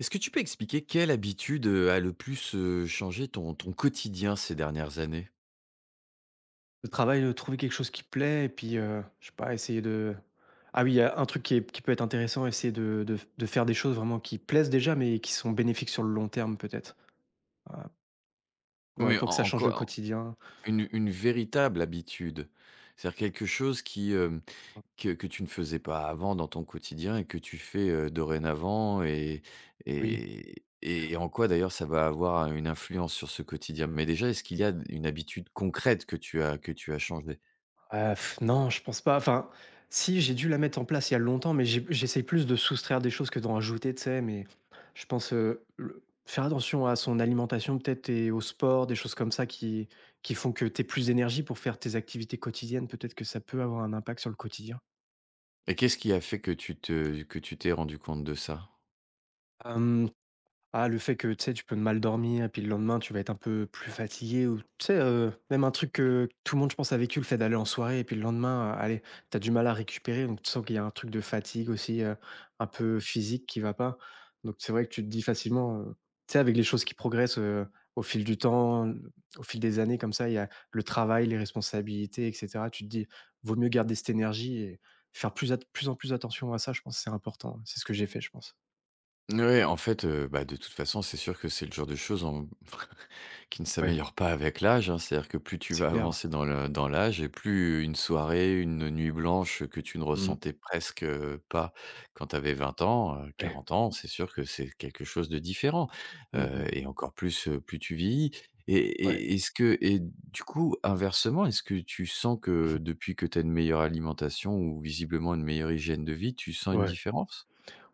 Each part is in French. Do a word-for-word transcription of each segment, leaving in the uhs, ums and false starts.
Est-ce que tu peux expliquer quelle habitude, heu, a le plus, heu, changé ton ton quotidien ces dernières années? Le travail, heu, trouver quelque chose qui plaît et puis, heu, je sais pas, essayer de ah oui, il y a un truc qui est qui peut être intéressant, essayer de de de faire des choses vraiment qui plaisent déjà, mais qui sont bénéfiques sur le long terme peut-être. Voilà, ouais, Oui, pour en que ça en change le quoi en quotidien. une une véritable habitude? C'est-à-dire quelque chose qui, hem, que que tu ne faisais pas avant dans ton quotidien et que tu fais, heu, dorénavant et Oui. et et en quoi d'ailleurs ça va avoir une influence sur ce quotidien? Mais déjà, est-ce qu'il y a une habitude concrète que tu as que tu as changée? Heu, non, je pense pas. Enfin, si, j'ai dû la mettre en place il y a longtemps, mais j'ai j'essaye plus de soustraire des choses que d'en ajouter tu sais? Mais je pense, heu, le faire attention à son alimentation peut-être et au sport, des choses comme ça qui qui font que tu plus d'énergie pour faire tes activités quotidiennes, peut-être que ça peut avoir un impact sur le quotidien. Et qu'est-ce qui a fait que tu te que tu t'es rendu compte de ça? Hem, ah, le fait que, tu sais, tu peux mal dormir et puis le lendemain, tu vas être un peu plus fatigué ou tu sais, heu, même un truc que tout le monde, je pense, a vécu, le fait d'aller en soirée et puis le lendemain, euh, allez, tu as du mal à récupérer donc tu sens qu'il y a un truc de fatigue aussi, heu, un peu physique qui va pas donc c'est vrai que tu te dis facilement, heu, tu sais, avec les choses qui progressent, heu, au fil du temps, au fil des années comme ça, il y a le travail, les responsabilités et cetera. Tu te dis: «Vaut mieux garder cette énergie» et faire plus at plus en plus attention à ça, je pense, que c'est important. C'est ce que j'ai fait, je pense. Ouais, en fait, heu, bah, de toute façon, c'est sûr que c'est le genre de choses en qui ne Ouais. s'améliore pas avec l'âge, hein. C'est-à-dire que plus tu C'est vas clair. avancer dans le dans l'âge et plus une soirée, une nuit blanche que tu ne Mmh. ressentais presque, heu, pas quand tu avais vingt ans, heu, Ouais. quarante ans, c'est sûr que c'est quelque chose de différent, Mmh heu mh. et encore plus, heu, plus tu vieillis et Ouais. et est-ce que et du coup, inversement, est-ce que tu sens que depuis que tu as une meilleure alimentation ou visiblement une meilleure hygiène de vie, tu sens une Ouais. différence?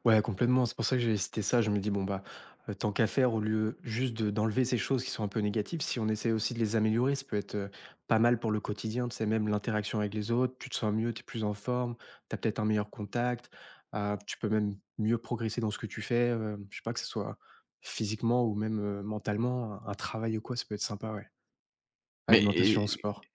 Ouais, complètement. C'est pour ça que j'avais cité ça. Je me dis: «Bon, bah, heu, tant qu'à faire, au lieu juste de d'enlever ces choses qui sont un peu négatives, si on essaie aussi de les améliorer, ça peut être, heu, pas mal pour le quotidien». Tu sais, même l'interaction avec les autres, tu te sens mieux, tu es plus en forme, tu as peut-être un meilleur contact, heu, tu peux même mieux progresser dans ce que tu fais, heu, je sais pas, que ce soit physiquement ou même, heu, mentalement, un un travail ou quoi, ça peut être sympa, ouais. Mais Alimentation, sport.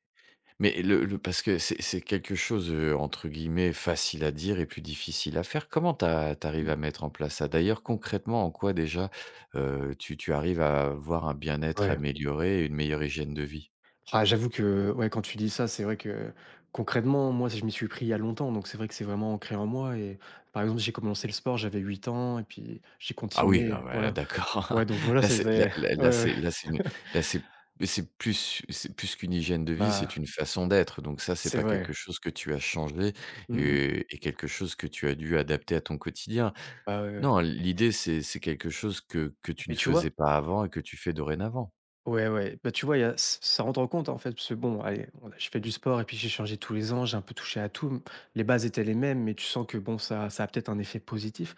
Mais le le parce que c'est c'est quelque chose, heu, entre guillemets «facile à dire» et plus difficile à faire. Comment t'as t'arrives Mmh. à mettre en place ça? D'ailleurs, concrètement, en quoi déjà, heu, tu tu arrives à voir un bien-être Ouais. amélioré et une meilleure hygiène de vie? Ah, j'avoue que, ouais, quand tu dis ça, c'est vrai que concrètement, moi, je m'y suis pris il y a longtemps, donc c'est vrai que c'est vraiment ancré en moi. Et par exemple, j'ai commencé le sport, j'avais huit ans, et puis j'ai Ah oui, ah continué. bah, là Voilà. d'accord. Ouais, donc voilà, Là c'est. c'est là c'est- là ouais, là ouais. c'est là c'est une là c'est c'est plus c'est plus qu'une hygiène de vie, c'est une Bah, façon d'être. Donc ça, c'est c'est pas vrai. quelque chose que tu as changé Mm, mm. et et quelque chose que tu as dû adapter à ton quotidien. Bah, ouais, ouais. Non, l'idée, c'est c'est quelque chose que que tu Et ne tu faisais vois, pas avant et que tu fais dorénavant. ouais, ouais, bah, tu vois, il y a ç ça rentre en compte, hein, en fait, parce que bon, allez, on a je fais du sport et puis j'ai changé tous les ans, j'ai un peu touché à tout. Les bases étaient les mêmes, mais tu sens que bon, ça ça a peut-être un effet positif.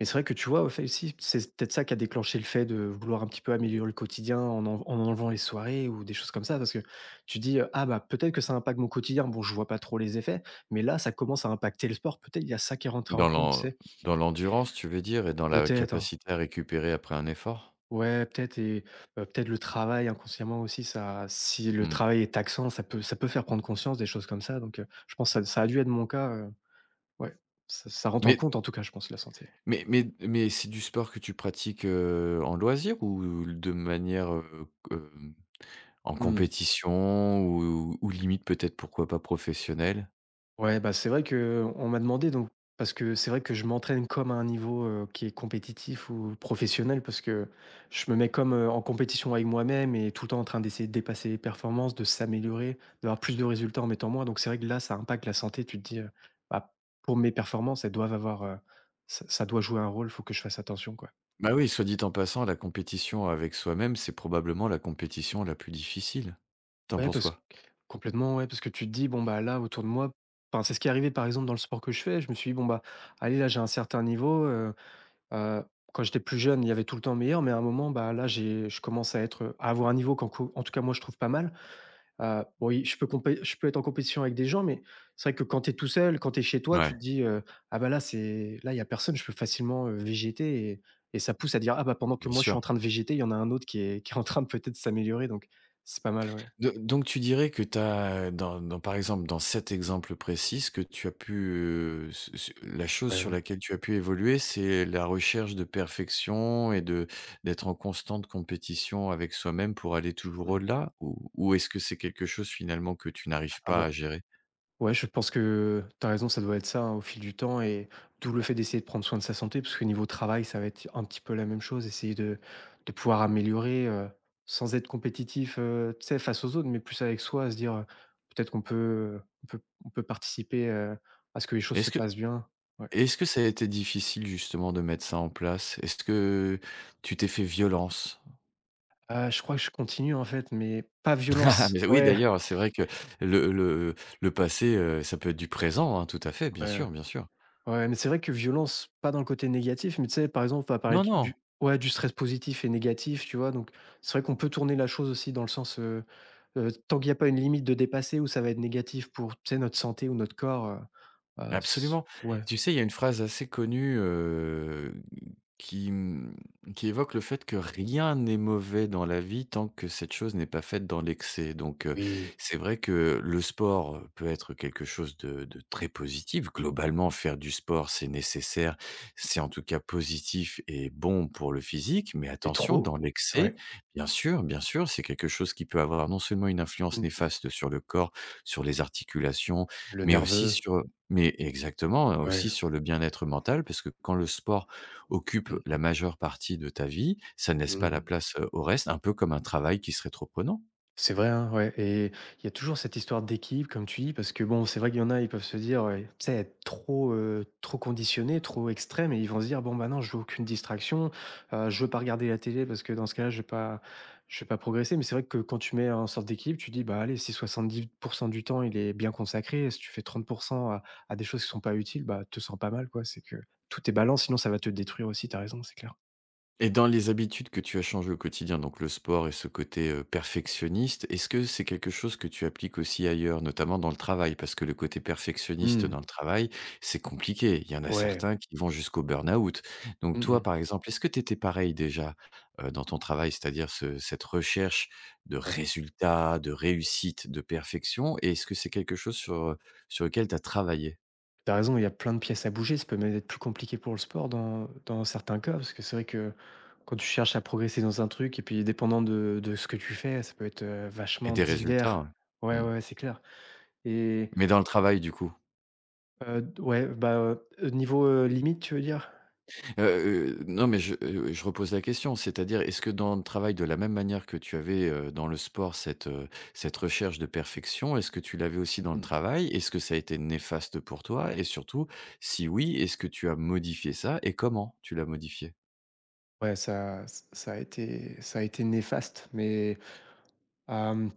Mais c'est vrai que tu vois, au fait aussi, c'est peut-être ça qui a déclenché le fait de vouloir un petit peu améliorer le quotidien en en en enlevant les soirées ou des choses comme ça. Parce que tu dis, heu: «Ah bah, peut-être que ça impacte mon quotidien». Bon, je vois pas trop les effets, mais là, ça commence à impacter le sport. Peut-être il y a ça qui est rentré en Dans compte, tu l'en sais? dans l'endurance, tu veux dire? Et dans la Peut-être, hein. capacité à récupérer après un effort? Ouais, peut-être et heu, peut-être le travail inconsciemment aussi ça si le Mmh. travail est taxant, ça peut ça peut faire prendre conscience des choses comme ça donc heu, je pense ça ça a dû être mon cas, heu, ouais, ça ça rentre en Mais compte en tout cas je pense la santé. mais mais mais c'est du sport que tu pratiques, heu, en loisir ou de manière, heu, q en Mmh. compétition ou ou limite peut-être pourquoi pas professionnelle? Ouais, bah, c'est vrai que on m'a demandé donc parce que c'est vrai que je m'entraîne comme à un niveau, heu, qui est compétitif ou professionnel parce que je me mets comme, heu, en compétition avec moi-même et tout le temps en train d'essayer de dépasser les performances, de s'améliorer, d'avoir plus de résultats en mettant moins donc c'est vrai que là, ça impacte la santé. Tu te dis, heu: «Bah, pour mes performances, elles doivent avoir, heu, ça ça doit jouer un rôle, faut que je fasse attention, quoi». Bah, oui, soit dit en passant, la compétition avec soi-même, c'est probablement la compétition la plus difficile. T'en Ouais, penses parce q quoi? complètement, ouais, parce que tu te dis: «Bon, bah, là, autour de moi» enfin, c'est ce qui est arrivé, par exemple, dans le sport que je fais. Je me suis dit: «Bon, bah, allez, là, j'ai un certain niveau, Heu, quand j'étais plus jeune, il y avait tout le temps meilleur, mais à un moment, bah, là, j'ai je commence à être, à avoir un niveau qu'en co en tout cas moi je trouve pas mal. Heu, bon oui, je peux compé je peux être en compétition avec des gens, mais c'est vrai que quand tu es tout seul, quand tu es chez toi, tu te Ouais, dis, heu: «Ah bah, là c'est là il y a personne, je peux facilement, heu, végéter» et et ça pousse à dire: «Ah bah, pendant que bien moi je suis sûr. en train de végéter, il y en a un autre qui est qui est en train de peut-être s'améliorer», donc c'est pas mal, ouais. Do donc tu dirais que tu as dans dans par exemple, dans cet exemple précis, ce que tu as pu, heu, ce ce la chose Ouais, sur ouais. laquelle tu as pu évoluer, c'est la recherche de perfection et de d'être en constante compétition avec soi-même pour aller toujours Mmh. au-delà? Ou ou est-ce que c'est quelque chose finalement que tu n'arrives Ah pas à bah gérer? ouais, je pense que tu as raison, ça doit être ça, hein, au fil du temps et d'où le fait d'essayer de prendre soin de sa santé, parce que niveau travail, ça va être un petit peu la même chose, essayer de, de pouvoir améliorer euh, sans être compétitif euh, tu sais, face aux autres, mais plus avec soi, à se dire euh, peut-être qu'on peut, on peut, on peut participer euh, à ce que les choses se Est-ce que passent bien. Ouais. est-ce que ça a été difficile justement de mettre ça en place? Est-ce que tu t'es fait violence? Euh, je crois que je continue en fait, mais pas Ah violence. mais oui Ouais, d'ailleurs, c'est vrai que le le le passé, heu, ça peut être du présent, hein, tout à fait, bien ouais, sûr, bien sûr. ouais, mais c'est vrai que violence, pas dans le côté négatif, mais tu sais, par exemple, on va parler Non, du non, du- ouais, du stress positif et négatif, tu vois. Donc, c'est vrai qu'on peut tourner la chose aussi dans le sens, euh, euh, tant qu'il n'y a pas une limite de dépasser où ça va être négatif pour, tu sais, notre santé ou notre corps. euh, euh, s- Absolument. ouais. Tu sais, il y a une phrase assez connue, heu, qui, mmh, qui évoque le fait que rien n'est mauvais dans la vie tant que cette chose n'est pas faite dans l'excès. Donc, heu, Oui. c'est vrai que le sport, peut être quelque chose de de très positif. Globalement, faire du sport, c'est nécessaire, c'est en tout cas positif et bon pour le physique. Mais Mais attention, trop dans l'excès, ouais. bien sûr, bien sûr, c'est quelque chose qui peut avoir non seulement une influence Mm. néfaste sur le corps, sur les articulations, Le mais aussi nerveux. sur mais exactement, heu, Ouais. aussi sur le bien-être mental, parce que quand le sport occupe la Mm, majeure partie de ta vie, ça ne mm, laisse pas la mm. place, heu, au reste, un peu comme un travail qui serait trop prenant. C'est vrai, hein, ouais et il y a toujours cette histoire d'équipe comme tu dis parce que bon, c'est vrai qu'il y en a, ils peuvent se dire, ouais, tu sais, être trop, heu, trop conditionnés, trop extrêmes et ils vont se dire: «Bon, bah, non, je veux aucune distraction, heu, je veux pas regarder la télé parce que dans ce cas-là, je vais pas je vais pas progresser». Mais c'est vrai que quand tu mets en sorte d'équipe, tu dis: «Bah, allez, si soixante-dix pour cent du temps, il est bien consacré, et si tu fais trente à à des choses qui sont pas utiles, bah, te sens pas mal, quoi». C'est que tout est balance, sinon ça va te détruire aussi, t'as raison, c'est clair. Et dans les habitudes que tu as changées au quotidien, donc le sport et ce côté, heu, perfectionniste, est-ce que c'est quelque chose que tu appliques aussi ailleurs, notamment dans le travail? Parce que le côté perfectionniste Mmh. dans le travail, c'est compliqué. Il y en a Ouais. certains qui vont jusqu'au burn-out. Donc Mmh mh. toi, par exemple, est-ce que tu étais pareil déjà, heu, dans ton travail? C'est-à-dire ce cette recherche de Ouais. résultats, de réussite, de perfection et est-ce que c'est quelque chose sur, euh, sur lequel tu as travaillé? T'as raison, il y a plein de pièces à bouger. Ça peut même être plus compliqué pour le sport dans, dans certains cas, parce que c'est vrai que quand tu cherches à progresser dans un truc, et puis dépendant de, de ce que tu fais, ça peut être euh, Et vachement des résultats, divers. hein. Ouais, Mmh. ouais, c'est clair. Et Mais dans le travail, du coup? euh, ouais, bah, euh, niveau euh, limite, tu veux dire? Heu heu, non, mais je, heu, je repose la question, c'est-à-dire, est-ce que dans le travail, de la même manière que tu avais, heu, dans le sport cette, heu, cette recherche de perfection, est-ce que tu l'avais aussi dans le Hmm. travail? Est-ce que ça a été néfaste pour toi? Et surtout, si oui, est-ce que tu as modifié ça et comment tu l'as modifié? Ouais, ça, ça a été, ça a été néfaste. Mais euh,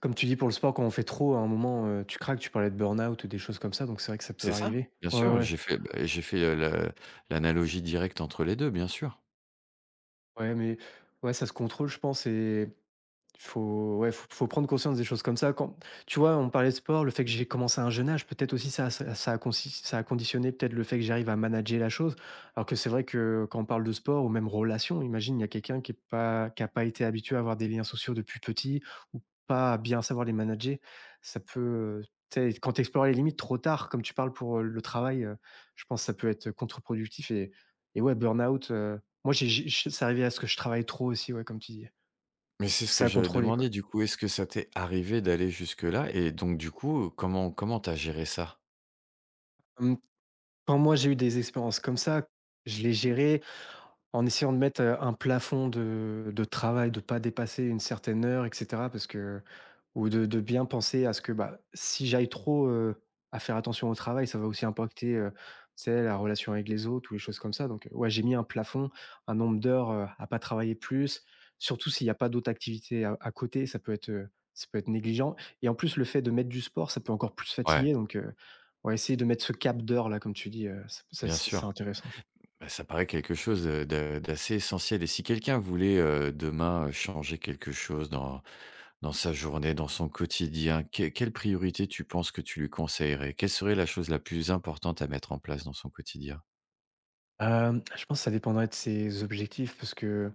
comme tu dis, pour le sport, quand on fait trop, à un moment, euh, tu craques, tu parlais de burn-out ou des choses comme ça, donc c'est vrai que ça peut C'est ça, arriver. bien Ouais, ouais, sûr, ouais, j'ai fait, bah, j'ai fait, heu, le l'analogie directe entre les deux, bien sûr. ouais, mais ouais, ça se contrôle, je pense. Et faut ouais, faut faut prendre conscience des choses comme ça quand tu vois, on parlait de sport, le fait que j'ai commencé à un jeune âge, peut-être aussi ça ça ça a consi ça a conditionné peut-être le fait que j'arrive à manager la chose. Alors que c'est vrai que quand on parle de sport ou même relation, imagine, il y a quelqu'un qui est pas qui a pas été habitué à avoir des liens sociaux depuis petit ou pas à bien savoir les manager. Ça peut, tu sais, quand tu explores les limites trop tard, comme tu parles pour, heu, le travail, heu, je pense que ça peut être contre-productif et et ouais burn-out, heu, moi j'ai j'ai c'est arrivé à ce que je travaille trop aussi, ouais, comme tu dis. Mais c'est ce C'est que à j'avais contrôler, quoi. demandé, du coup, est-ce que ça t'est arrivé d'aller jusque-là? Et donc du coup, comment comment tu géré ça? Hem, quand moi j'ai eu des expériences comme ça, je les gérais en essayant de mettre, heu, un plafond de de travail, de pas dépasser une certaine heure et cetera parce que ou de de bien penser à ce que, bah, si j'aille trop, heu, à faire attention au travail, ça va aussi impacter, heu, tu sais, la relation avec les autres ou les choses comme ça donc heu, ouais, j'ai mis un plafond, un nombre d'heures, heu, à pas travailler plus, surtout s'il n'y a pas d'autres activités à à côté, ça peut être, heu, ça peut être négligent. Et en plus, le fait de mettre du sport, ça peut encore plus Ouais, fatiguer donc heu, ouais, essayer de mettre ce cap d'heures là, comme tu dis, heu, ça bien ça c'est sûr. intéressant. Bah, ça paraît quelque chose de de d'assez essentiel et si quelqu'un voulait, heu, demain, heu, changer quelque chose dans dans sa journée, dans son quotidien, que quelle priorité tu penses que tu lui conseillerais? Quelle serait la chose la plus importante à mettre en place dans son quotidien? Hem, je pense que ça dépendrait de ses objectifs parce que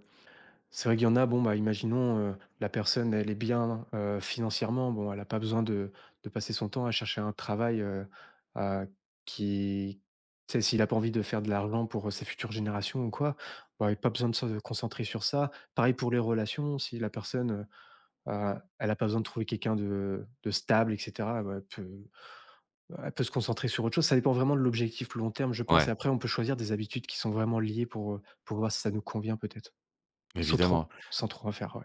c'est vrai qu'il y en a, bon, bah, imaginons, heu, la personne, elle est bien, heu, financièrement, bon, elle a pas besoin de de passer son temps à chercher un travail, heu, à qui tu sais, s'il a pas envie de faire de l'argent pour, heu, ses futures générations ou quoi, bah, il a pas besoin de se concentrer sur ça. Pareil pour les relations, si la personne, heu, a elle a pas besoin de trouver quelqu'un de de stable et cetera, bah, elle peut elle peut se concentrer sur autre chose. Ça dépend vraiment de l'objectif long terme, je pense. Ouais, Et après, on peut choisir des habitudes qui sont vraiment liées pour, heu, pour voir si ça nous convient peut-être. Sans trop évidemment. sans trop en faire, ouais.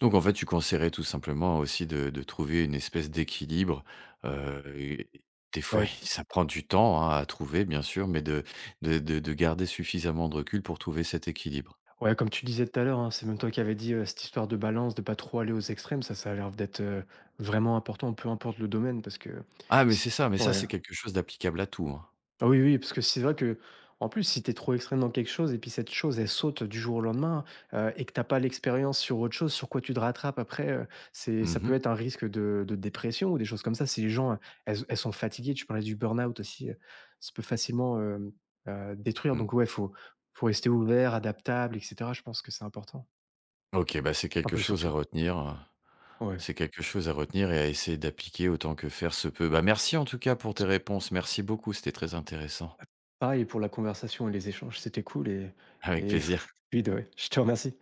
Donc en fait, tu conseillerais tout simplement aussi de de trouver une espèce d'équilibre, heu, et des fois, Ouais, ça prend du temps, hein, à trouver bien sûr, mais de de de de garder suffisamment de recul pour trouver cet équilibre. ouais, comme tu disais tout à l'heure, hein, c'est même toi qui avais dit, heu, cette histoire de balance, de pas trop aller aux extrêmes, ça, ça a l'air d'être, heu, vraiment important, peu importe le domaine parce que Ah mais si c'est ça, mais ça, ouais. c'est quelque chose d'applicable à tout, hein. Ah oui, oui, parce que c'est vrai que en plus, si tu es trop extrême dans quelque chose et puis cette chose, elle saute du jour au lendemain, heu et que t'as pas l'expérience sur autre chose, sur quoi tu te rattrapes après, heu, c'est ça Mmh peut mh. être un risque de de dépression ou des choses comme ça. Si les gens, heu, elles elles sont fatiguées, tu parlais du burn-out aussi, heu, ça peut facilement, hem, heu, détruire Mmh. donc ouais, faut faut rester ouvert, adaptable et cetera. Je pense que c'est important. OK, bah, c'est Un quelque peu chose à surtout. retenir, Ouais. c'est quelque chose à retenir et à essayer d'appliquer autant que faire se peut. Bah, merci en tout cas pour tes réponses. Merci beaucoup, c'était très intéressant. Pareil pour la conversation et les échanges, c'était cool et Avec et plaisir. fluide, ouais. Je te remercie.